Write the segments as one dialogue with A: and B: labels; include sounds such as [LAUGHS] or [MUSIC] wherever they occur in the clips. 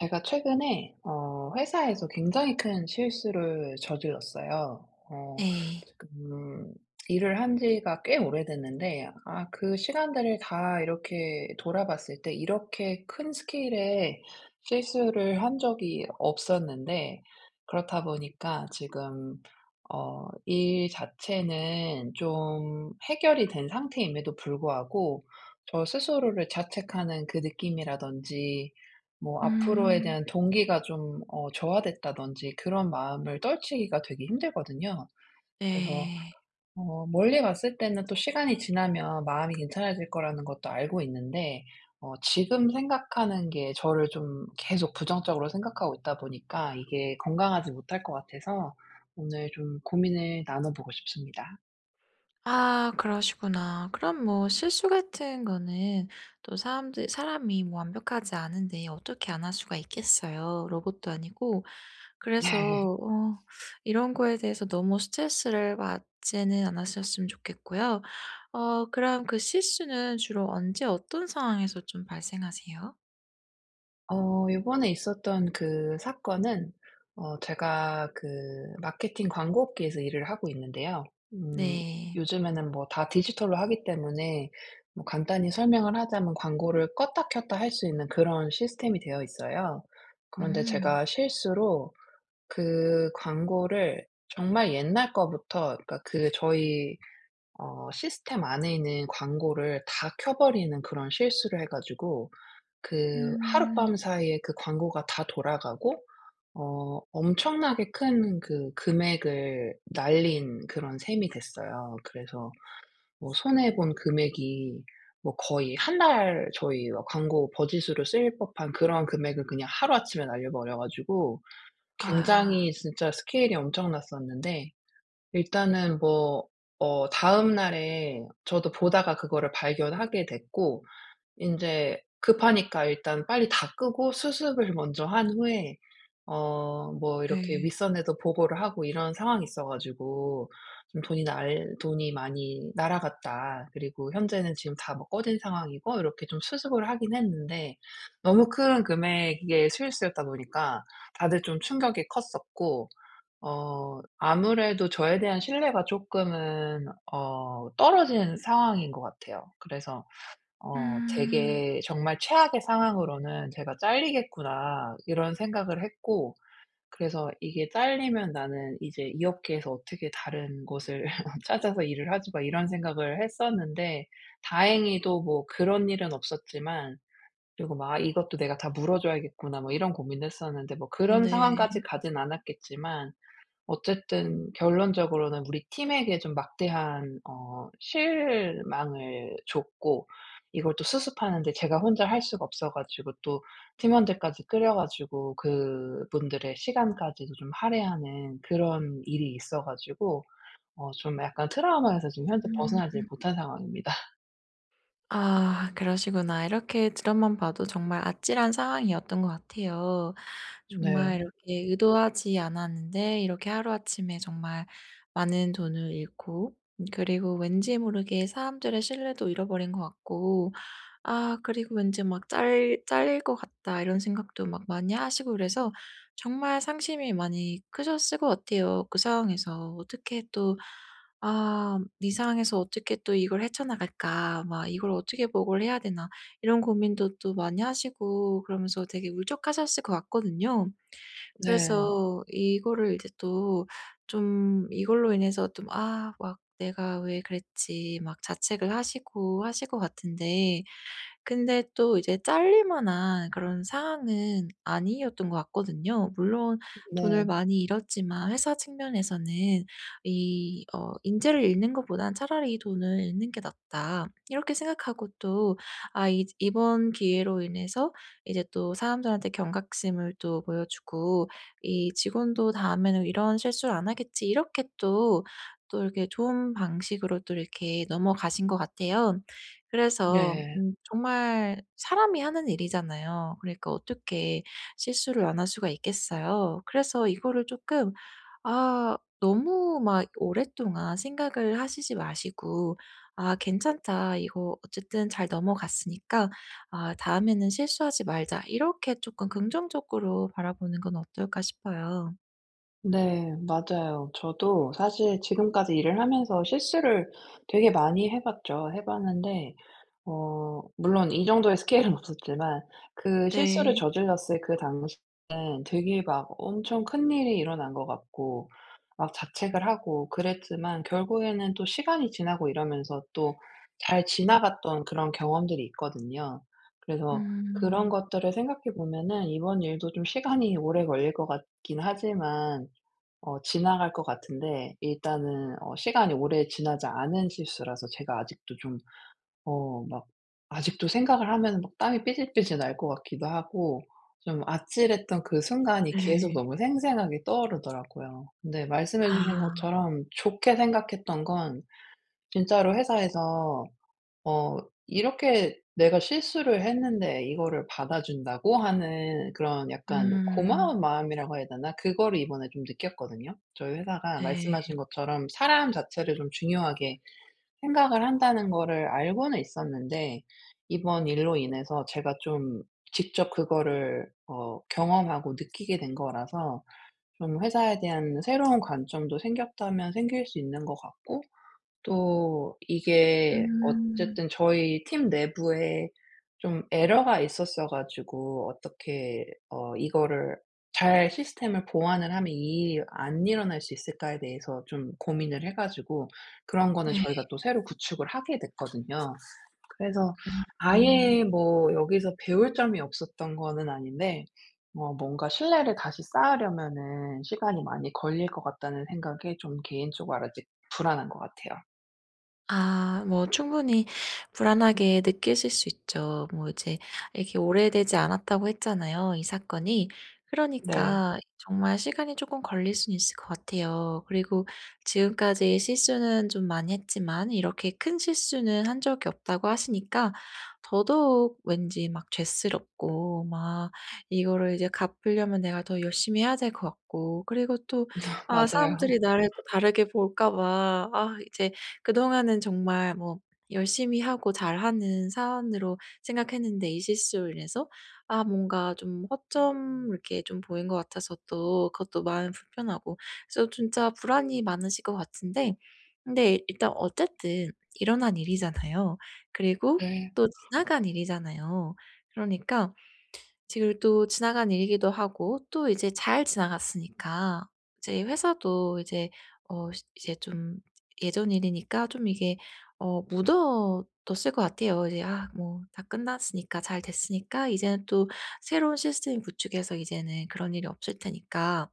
A: 제가 최근에 회사에서 굉장히 큰 실수를 저질렀어요.
B: 네.
A: 지금 일을 한 지가 꽤 오래됐는데, 그 시간들을 다 이렇게 돌아봤을 때 이렇게 큰 스케일의 실수를 한 적이 없었는데, 그렇다 보니까 지금 일 자체는 좀 해결이 된 상태임에도 불구하고 저 스스로를 자책하는 그 느낌이라든지 뭐 앞으로에
B: 음.
A: 대한 동기가 좀 저하됐다든지 그런 마음을 떨치기가 되게 힘들거든요. 그래서
B: 네.
A: 멀리 갔을 때는 또 시간이 지나면 마음이 괜찮아질 거라는 것도 알고 있는데, 지금 생각하는 게 저를 좀 계속 부정적으로 생각하고 있다 보니까 이게 건강하지 못할 것 같아서 오늘 좀 고민을 나눠 보고 싶습니다.
B: 아, 그러시구나. 그럼 뭐 실수 같은 거는 또 사람들 사람이 뭐 완벽하지 않은데 어떻게 안 할 수가 있겠어요? 로봇도 아니고. 그래서
A: [LAUGHS]
B: 이런 거에 대해서 너무 스트레스를 받지는 않으셨으면 좋겠고요. 그럼 그 실수는 주로 언제 어떤 상황에서 좀 발생하세요?
A: 요번에 있었던 그 사건은, 제가 그 마케팅 광고 업계에서 일을 하고 있는데요. 음
B: 네.
A: 요즘에는 뭐 다 디지털로 하기 때문에, 뭐 간단히 설명을 하자면 광고를 껐다 켰다 할 수 있는 그런 시스템이 되어 있어요. 그런데
B: 음.
A: 제가 실수로 그 광고를 정말 옛날 거부터, 그러니까 그 저희 시스템 안에 있는 광고를 다 켜 버리는 그런 실수를 해 가지고, 그
B: 음.
A: 하룻밤 사이에 그 광고가 다 돌아가고 엄청나게 큰 그 금액을 날린 그런 셈이 됐어요. 그래서 뭐 손해 본 금액이 뭐 거의 한 달 저희 광고 버짓으로 쓰일 법한 그런 금액을 그냥 하루아침에 날려버려 가지고
B: 아.
A: 굉장히 진짜 스케일이 엄청났었는데, 일단은 뭐 다음날에 저도 보다가 그거를 발견하게 됐고, 인제 급하니까 일단 빨리 다 끄고 수습을 먼저 한 후에 뭐 이렇게
B: 네.
A: 윗선에도 보고를 하고 이런 상황이 있어 가지고 좀 돈이 많이 날아갔다. 그리고 현재는 지금 다 뭐 꺼진 상황이고." 이렇게 좀 수습을 하긴 했는데, 너무 큰 금액의 수일수였다 보니까 다들 좀 충격이 컸었고 아무래도 저에 대한 신뢰가 쪼끔은 떨어진 상황인 것 같아요. 그래서
B: 음.
A: 되게 정말 최악의 상황으로는 '제가 잘리겠구나.' 이런 생각을 했고, 그래서 이게 '잘리면 나는 이제 이 업계에서 어떻게 다른 곳을 [LAUGHS] 찾아서 일을 하지 마.' 이런 생각을 했었는데, 다행히도 뭐 그런 일은 없었지만, 그리고 막 '아 이것도 내가 다 물어줘야겠구나.' 뭐 이런 고민을 했었는데 뭐 그런 상황까지
B: 네.
A: 가진 않았겠지만, 어쨌든 결론적으로는 우리 팀에게 좀 막대한 실망을 줬고, 이걸 또 수습하는데 제가 혼자 할 수가 없어 가지고 또 팀원들까지 끌여 가지고 그분들의 시간까지도 좀 할애하는 그런 일이 있어 가지고 좀 약간 트라우마에서 지금 현재
B: 음.
A: 벗어나지 못한 상황입니다. [LAUGHS]
B: 아, 그러시구나. 이렇게 드럼만 봐도 정말 아찔한 상황이었던 것 같아요. 정말
A: 네.
B: 이렇게 의도하지 않았는데 이렇게 하루아침에 정말 많은 돈을 잃고, 그리고 왠지 모르게 사람들의 신뢰도 잃어버린 것 같고, 아, 그리고 왠지 막 '짤 잘릴 것 같다.' 이런 생각도 막 많이 하시고, 그래서 정말 상심이 많이 크셨을 것 같아요. 그 상황에서 어떻게 또 '아, 이 상황에서 어떻게 또 이걸 헤쳐나갈까? 막 이걸 어떻게 보고를 해야 되나?' 이런 고민도 또 많이 하시고, 그러면서 되게 울적하셨을 것 같거든요.
A: 네.
B: 그래서 이거를 이제 또 좀 이걸로 인해서 좀 '아, 막 내가 왜 그랬지?' 막 자책을 하시고 하실 것 같은데, 근데 또 이제 잘릴 만한 그런 상황은 아니었던 것 같거든요. 물론 돈을
A: 네.
B: 많이 잃었지만, 회사 측면에서는 이 어 '인재를 잃는 것보단 차라리 이 돈을 잃는 게 낫다.' 이렇게 생각하고, 또 아, 이 이번 기회로 인해서 이제 또 사람들한테 경각심을 또 보여주고, '이 직원도 다음에는 이런 실수를 안 하겠지.' 이렇게 또 이렇게 좋은 방식으로 또 이렇게 넘어가신 것 같아요. 그래서
A: 네.
B: 정말 사람이 하는 일이잖아요. 그러니까 어떻게 실수를 안 할 수가 있겠어요? 그래서 이거를 조금 너무 막 오랫동안 생각을 하시지 마시고, '아, 괜찮다. 이거 어쨌든 잘 넘어갔으니까 아, 다음에는 실수하지 말자.' 이렇게 조금 긍정적으로 바라보는 건 어떨까 싶어요.
A: 네. 맞아요. 저도 사실 지금까지 일을 하면서 실수를 되게 많이 해 봤죠. 해 봤는데 물론 이 정도의 스케일은 [LAUGHS] 없었지만 그 실수를
B: 네.
A: 저질렀을 그 당시에는 되게 막 엄청 큰일이 일어난 것 같고 막 자책을 하고 그랬지만, 결국에는 또 시간이 지나고 이러면서 또 잘 지나갔던 그런 경험들이 있거든요. 그래서 그런
B: 음.
A: 것들을 생각해 보면은 이번 일도 좀 시간이 오래 걸릴 것 같긴 하지만 지나갈 것 같은데, 일단은 시간이 오래 지나지 않은 실수라서 제가 아직도 좀 어 막 아직도 생각을 하면 막 땀이 삐질삐질 날 것 같기도 하고 좀 아찔했던 그 순간이 계속
B: 네.
A: 너무 생생하게 떠오르더라고요. 근데 말씀해 주신
B: 아.
A: 것처럼 좋게 생각했던 건 진짜로 회사에서 어 이렇게 내가 실수를 했는데 이거를 받아준다고 하는 그런 약간
B: 음.
A: 고마운 마음이라고 해야 되나? 그거를 이번에 좀 느꼈거든요. 저희 회사가
B: 네.
A: 말씀하신 것처럼 사람 자체를 좀 중요하게 생각을 한다는 거를 알고는 있었는데, 이번 일로 인해서 제가 좀 직접 그거를 경험하고 느끼게 된 거라서 좀 회사에 대한 새로운 관점도 생겼다면 생길 수 있는 것 같고, 또 이게
B: 음.
A: 어쨌든 저희 팀 내부에 좀 에러가 있었어 가지고 어떻게 이거를 잘 시스템을 보완을 하면 이 일이 안 일어날 수 있을까에 대해서 좀 고민을 해 가지고 그런 거는
B: 네.
A: 저희가 또 새로 구축을 하게 됐거든요. 그래서
B: 음.
A: 아예 뭐 여기서 배울 점이 없었던 거는 아닌데, 뭔가 신뢰를 다시 쌓으려면은 시간이 많이 걸릴 것 같다는 생각에 좀 개인적으로 아직 불안한 것 같아요.
B: 아, 뭐 충분히 불안하게 느끼실 수 있죠. 뭐 이제 이렇게 오래되지 않았다고 했잖아요, 이 사건이.
A: 네.
B: 그러니까 정말 시간이 조금 걸릴 수는 있을 것 같아요. 그리고 지금까지 실수는 좀 많이 했지만 이렇게 큰 실수는 한 적이 없다고 하시니까 더더욱 왠지 막 죄스럽고, 막 이거를 이제 갚으려면 내가 더 열심히 해야 될 것 같고, 그리고 또 아,
A: 맞아요.
B: 사람들이 나를 또 다르게 볼까 봐, 이제 그동안은 정말 뭐 열심히 하고 잘하는 사원으로 생각했는데, 이 실수로 인해서 아, 뭔가 좀 허점 이렇게 좀 보인 것 같아서 또 그것도 마음이 불편하고, 그래서 진짜 불안이 많으실 것 같은데, 근데 일단 어쨌든 일어난 일이잖아요. 그리고
A: 네.
B: 또 지나간 일이잖아요. 그러니까 지금 또 지나간 일이기도 하고, 또 이제 잘 지나갔으니까 이제 회사도 이제 어 시 이제 좀 예전 일이니까 좀 이게 묻어뒀을 것 같아요. 이제 '아, 뭐 다 끝났으니까 잘 됐으니까 이제는 또 새로운 시스템 구축해서 이제는 그런 일이 없을 테니까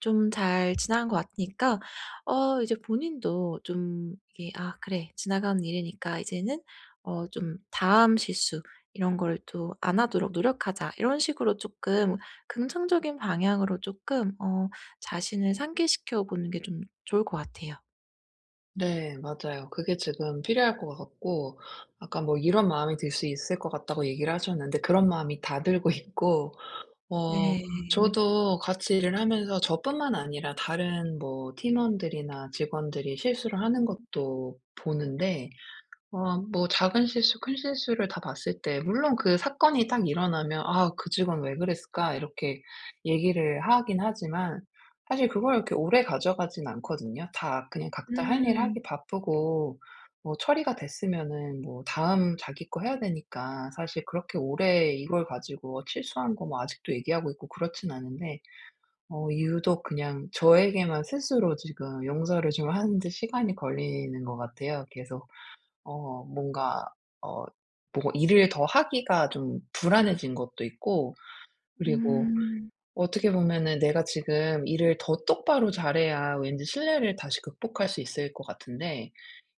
B: 좀 잘 지나간 것 같으니까' 이제 본인도 좀 이게 '아, 그래. 지나간 일이니까 이제는 좀 다음 실수, 이런 거를 또 안 하도록 노력하자.' 이런 식으로 조금 긍정적인 방향으로 조금 자신을 상기시켜 보는 게 좀 좋을 것 같아요.
A: 네. 맞아요. 그게 지금 필요할 것 같고, 아까 뭐 이런 마음이 들 수 있을 것 같다고 얘기를 하셨는데 그런 마음이 다 들고 [LAUGHS] 있고 어
B: 네.
A: 저도 같이 일을 하면서 저뿐만 아니라 다른 뭐 팀원들이나 직원들이 실수를 하는 것도 보는데 뭐 작은 실수 큰 실수를 다 봤을 때 물론 그 사건이 딱 일어나면 '아 그 직원 왜 그랬을까?' 이렇게 얘기를 하긴 하지만 사실 그걸 이렇게 오래 가져가진 않거든요. 다 그냥 각자 할 일
B: 음.
A: 하기 바쁘고 뭐 처리가 됐으면은 뭐 다음 자기 거 해야 되니까 사실 그렇게 오래 이걸 가지고 뭐 실수한 거 뭐 아직도 얘기하고 있고 그렇진 않은데 유독 그냥 저에게만 스스로 지금 용서를 좀 하는 데 시간이 걸리는 것 같아요 계속. 뭔가 어 뭐 일을 더 하기가 좀 불안해진 것도 있고, 그리고
B: 음.
A: 어떻게 보면은 내가 지금 일을 더 똑바로 잘해야 왠지 신뢰를 다시 극복할 수 있을 것 같은데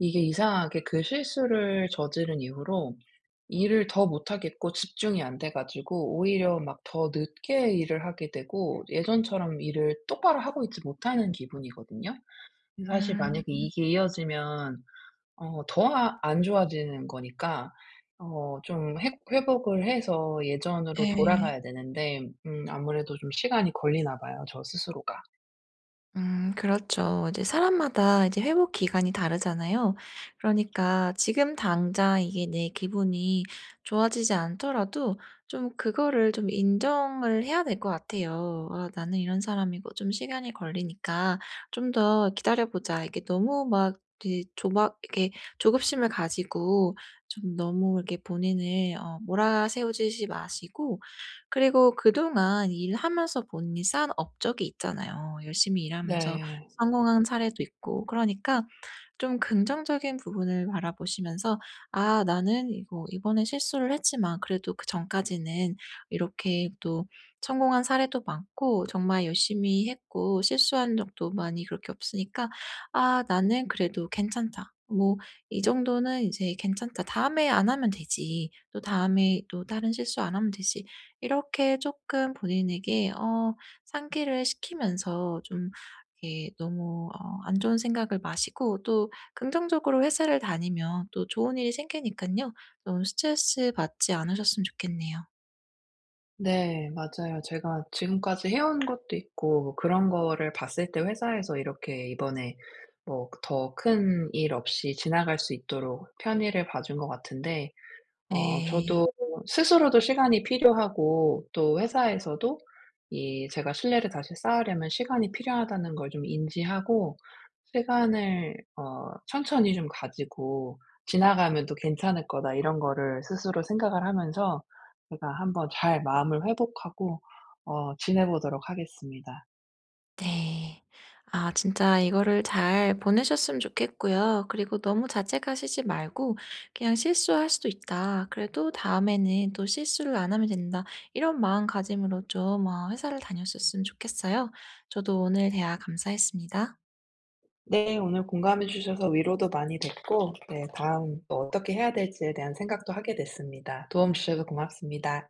A: 이게 이상하게 그 실수를 저지른 이후로 일을 더 못하겠고 집중이 안 돼 가지고 오히려 막 더 늦게 일을 하게 되고 예전처럼 일을 똑바로 하고 있지 못하는 기분이거든요. 사실 만약에
B: 음.
A: 이게 이어지면 더 안 좋아지는 거니까 좀 회복을 해서 예전으로
B: 네.
A: 돌아가야 되는데 아무래도 좀 시간이 걸리나 봐요, 저 스스로가.
B: 그렇죠. 이제 사람마다 이제 회복 기간이 다르잖아요. 그러니까 지금 당장 이게 내 기분이 좋아지지 않더라도 좀 그거를 좀 인정을 해야 될 것 같아요. '아, 나는 이런 사람이고 좀 시간이 걸리니까 좀 더 기다려 보자.' 이게 너무 막 이제 조막 이렇게 조급심을 가지고 좀 너무 이렇게 본인을 몰아세우지 마시고, 그리고 그동안 일하면서 본인이 쌓은 업적이 있잖아요. 열심히 일하면서
A: 네.
B: 성공한 사례도 있고, 그러니까 좀 긍정적인 부분을 바라보시면서 '아, 나는 이거 이번에 실수를 했지만 그래도 그전까지는 이렇게 또 성공한 사례도 많고 정말 열심히 했고 실수한 적도 많이 그렇게 없으니까 아, 나는 그래도 괜찮다. 뭐 이 정도는 이제 괜찮다. 다음에 안 하면 되지. 또 다음에 또 다른 실수 안 하면 되지.' 이렇게 조금 본인에게 상기를 시키면서 좀 이렇게 너무 안 좋은 생각을 마시고, 또 긍정적으로 회사를 다니면 또 좋은 일이 생기니까요, 너무 스트레스 받지 않으셨으면 좋겠네요.
A: 네, 맞아요. 제가 지금까지 해온 것도 있고 뭐 그런 거를 봤을 때 회사에서 이렇게 이번에 뭐 더 큰 일 없이 지나갈 수 있도록 편의를 봐준 것 같은데
B: 네.
A: 저도 스스로도 시간이 필요하고 또 회사에서도 이 제가 신뢰를 다시 쌓으려면 시간이 필요하다는 걸 좀 인지하고 시간을 천천히 좀 가지고 '지나가면 또 괜찮을 거다.' 이런 거를 스스로 생각을 하면서 제가 한번 잘 마음을 회복하고 지내보도록 하겠습니다.
B: 네. 아, 진짜 이거를 잘 보내셨으면 좋겠고요. 그리고 너무 자책하시지 말고, 그냥 '실수할 수도 있다. 그래도 다음에는 또 실수를 안 하면 된다.' 이런 마음가짐으로 좀 회사를 다녔었으면 좋겠어요. 저도 오늘 대화 감사했습니다.
A: 네, 오늘 공감해 주셔서 위로도 많이 됐고, 네, 다음 또 어떻게 해야 될지에 대한 생각도 하게 됐습니다. 도움 주셔서 고맙습니다.